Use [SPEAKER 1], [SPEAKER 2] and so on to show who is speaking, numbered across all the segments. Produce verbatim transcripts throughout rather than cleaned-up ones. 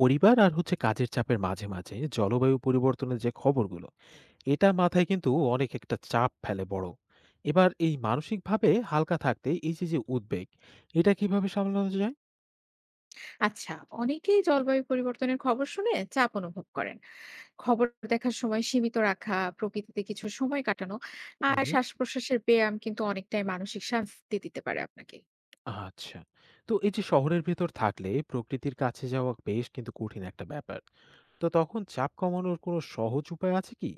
[SPEAKER 1] পরিবার আর হচ্ছে কাজের চাপের মাঝে, মাঝে জলবায়ু পরিবর্তনের যে খবরগুলো, এটা মাথায় কিন্তু অনেক একটা চাপ ফেলে বড়। এবার এই মানসিকভাবে হালকা থাকতে এই যে, যে উদ্বেগ, এটা কিভাবে সামলানো যায়?
[SPEAKER 2] আচ্ছা। অনেকেই জলবায়ু পরিবর্তনের খবর শুনে চাপ অনুভব করেন। খবর দেখার সময় সীমিত রাখা, প্রকৃতিতে কিছু সময় কাটানো
[SPEAKER 1] হুম,
[SPEAKER 2] আর
[SPEAKER 1] হুম।
[SPEAKER 2] শ্বাস প্রশ্বাসের ব্যায়াম কিন্তু অনেকটাই মানসিক শান্তি দিতে পারে আপনাকে।
[SPEAKER 1] আচ্ছা। তো এই যে শহরের ভেতর থাকলে প্রকৃতির কাছে যাওয়া বেশ কিন্তু কঠিন একটা ব্যাপার। তো তখন চাপ কমানোর কোনো সহজ উপায় আছে কি?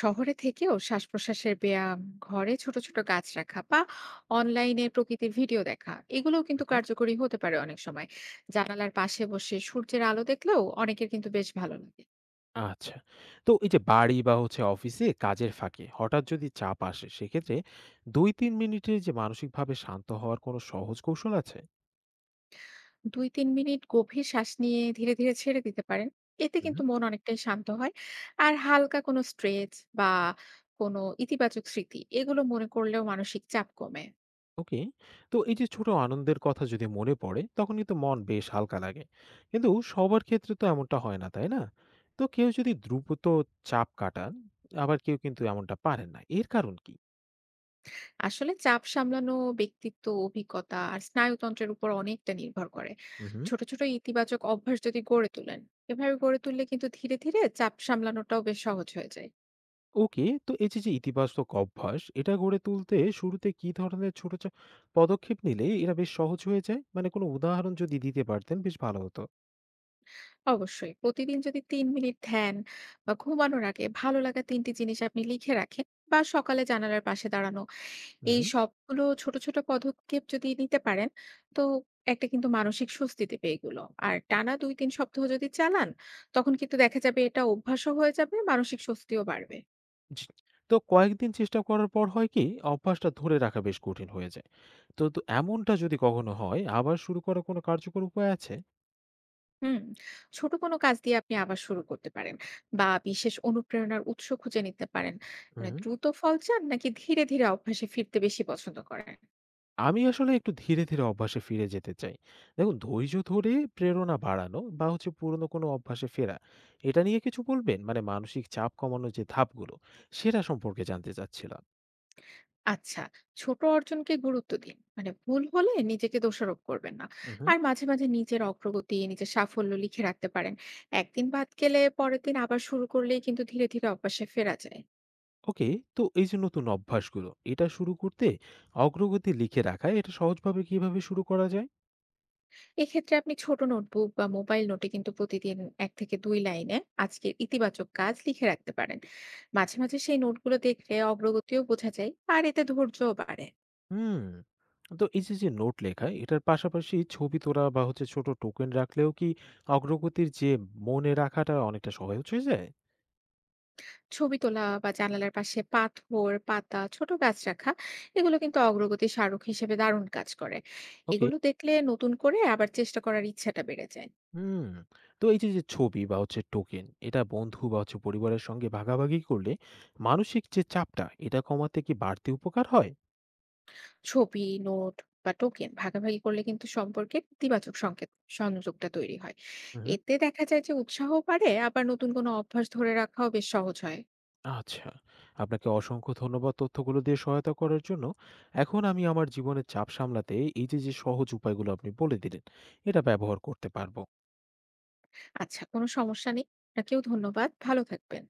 [SPEAKER 2] শহরে থেকেও শ্বাস প্রশ্বাসের ব্যায়াম, ঘরে ছোট ছোট গাছ রাখা বা অনলাইনে প্রকৃতির ভিডিও দেখা এগুলোও কিন্তু কার্যকরী হতে পারে অনেক সময়। জানালার পাশে বসে সূর্যের আলো দেখলেও অনেকের কিন্তু বেশ ভালো লাগে।
[SPEAKER 1] আচ্ছা। তো এই যে বাড়ি বা হচ্ছে অফিসে কাজের ফাঁকে হঠাৎ যদি চাপ আসে সেক্ষেত্রে দুই তিন মিনিটের যে মানসিকভাবে শান্ত হওয়ার কোনো সহজ কৌশল আছে?
[SPEAKER 2] দুই তিন মিনিট গভীর শ্বাস নিয়ে ধীরে, ধীরে ছেড়ে দিতে পারেন। এতে
[SPEAKER 1] হুম।
[SPEAKER 2] কিন্তু মন অনেকটাই শান্ত হয়। আর হালকা কোনো স্ট্রেচ বা কোনো ইতিবাচক স্মৃতি এগুলো মনে করলেও মানসিক চাপ কমে।
[SPEAKER 1] ওকে। তো এই যে ছোট আনন্দের কথা যদি মনে পড়ে তখন কিন্তু মন বেশ হালকা লাগে। কিন্তু সবার ক্ষেত্রে তো এমনটা হয় না, তাই না? তো কেউ যদি দ্রুত চাপ কাটান আবার কেউ কিন্তু এমনটা পারেন না। এর কারণ কি?
[SPEAKER 2] আসলে চাপ সামলানো ব্যক্তিত্ব, অভিজ্ঞতা আর স্নায়ুতন্ত্রের উপর অনেকটা নির্ভর করে।
[SPEAKER 1] হুম, হুম।
[SPEAKER 2] ছোট, ছোট ইতিবাচক অভ্যাস যদি গড়ে তোলেন, এভাবে গড়ে তুললে কিন্তু ধীরে, ধীরে চাপ সামলানোটাও বেশ সহজ হয়ে যায়।
[SPEAKER 1] ওকে, তো এই যে, যে ইতিবাচক অভ্যাস, এটা গড়ে তুলতে শুরুতে কি ধরনের ছোট চা পদক্ষেপ নিলে এটা বেশ সহজ হয়ে যায়? মানে কোনো উদাহরণ যদি দিতে পারতেন বেশ ভালো হতো।
[SPEAKER 2] অবশ্যই প্রতিদিন যদি তিন মিনিট ধ্যান বা ঘুমানোর আগে ভালো লাগা তিনটি জিনিস আপনি লিখে রাখেন বা সকালে জানালার পাশে দাঁড়ানো,
[SPEAKER 1] হুম,
[SPEAKER 2] এই
[SPEAKER 1] হুম।
[SPEAKER 2] সবগুলো ছোট ছোট পদক্ষেপ যদি নিতে পারেন, তো একটা কিন্তু মানসিক স্বস্তি দেবে এগুলো। আর টানা দুই তিন সপ্তাহ যদি চালান, তখন কিন্তু দেখা যাবে এটা অভ্যাসও হয়ে যাবে, মানসিক স্বস্তিও বাড়বে।
[SPEAKER 1] জি। তো কয়েকদিন চেষ্টা করার পর হয় কি, অভ্যাসটা ধরে রাখা বেশ কঠিন হয়ে যায়। তো তো এমনটা যদি কখনো হয়, আবার শুরু করার কোনো কার্যকর উপায় আছে?
[SPEAKER 2] হুম। ছোট কোনো কাজ দিয়ে আপনি আবার শুরু করতে পারেন বা বিশেষ অনুপ্রেরণার উৎস খুঁজে নিতে পারেন। মানে
[SPEAKER 1] হুম।
[SPEAKER 2] দ্রুত ফল চান নাকি ধীরে ধীরে অভ্যাসে ফিরতে বেশি পছন্দ করেন?
[SPEAKER 1] আমি আসলে একটু ধীরে, ধীরে অভ্যাসে ফিরে যেতে চাই। দেখুন ধৈর্য ধরে প্রেরণা বাড়ানো বা হচ্ছে পুরনো কোনো অভ্যাসে ফেরা, এটা নিয়ে কিছু বলবেন? মানে মানসিক চাপ কমানোর যে ধাপগুলো, সেটা সম্পর্কে জানতে চাচ্ছিলাম।
[SPEAKER 2] আচ্ছা। ছোট অর্জনকে গুরুত্ব দিন, মানে ভুল হলে নিজেকে দোষারোপ করবেন না।
[SPEAKER 1] উহু।
[SPEAKER 2] আর মাঝে মাঝে নিজের অগ্রগতি, নিজের সাফল্য লিখে রাখতে পারেন। একদিন বাদ গেলে পরের দিন আবার শুরু করলেই কিন্তু ধীরে ধীরে অভ্যাসে ফেরা যায়।
[SPEAKER 1] ওকে, তো এই যে নতুন অভ্যাসগুলো, এটা শুরু করতে অগ্রগতি লিখে রাখা, এটা সহজভাবে কিভাবে শুরু করা যায়?
[SPEAKER 2] এক্ষেত্রে আপনি ছোট নোটবুক বা মোবাইল নোটে কিন্তু প্রতিদিন এক থেকে দুই লাইনে আজকের ইতিবাচক কাজ লিখে রাখতে পারেন। মাঝে মাঝে সেই নোটগুলো দেখলে অগ্রগতিও বোঝা যায়, আর এতে ধৈর্যও বাড়ে।
[SPEAKER 1] হুম। তো এই যে, যে নোট লেখা, এটার পাশাপাশি ছবি তোলা বা হচ্ছে ছোট টোকেন রাখলেও কি অগ্রগতির যে মনে রাখাটা অনেকটা সহজ হয়ে যায়?
[SPEAKER 2] ছবি তোলা বা জানালার পাশে পাথর, পাতা, ছোট গাছ রাখা এগুলো কিন্তু অগ্রগতি স্মারক হিসেবে দারুণ কাজ করে।
[SPEAKER 1] ওকে।
[SPEAKER 2] এগুলো দেখলে নতুন করে আবার চেষ্টা করার ইচ্ছাটা বেড়ে যায়।
[SPEAKER 1] হুম। তো এই যে, যে ছবি বা হচ্ছে টোকেন, এটা বন্ধু বা হচ্ছে পরিবারের সঙ্গে ভাগাভাগি করলে মানসিক যে চাপটা, এটা কমাতে কি বাড়তি উপকার হয়?
[SPEAKER 2] ছবি, নোট বা টোকেন ভাগাভাগি করলে কিন্তু সম্পর্কে ইতিবাচক সংকেত, সংযোগটা তৈরি হয়।
[SPEAKER 1] হুম।
[SPEAKER 2] এতে দেখা যায় যে উৎসাহ বাড়ে, আবার নতুন কোনো অভ্যাস ধরে রাখাও বেশ সহজ হয়।
[SPEAKER 1] আচ্ছা। আপনাকে অসংখ্য ধন্যবাদ তথ্যগুলো দিয়ে সহায়তা করার জন্য। এখন আমি আমার জীবনের চাপ সামলাতে এই যে, যে সহজ উপায়গুলো আপনি বলে দিলেন, এটা ব্যবহার করতে পারব।
[SPEAKER 2] আচ্ছা, কোনো সমস্যা নেই। আপনাকেও ধন্যবাদ। ভালো থাকবেন।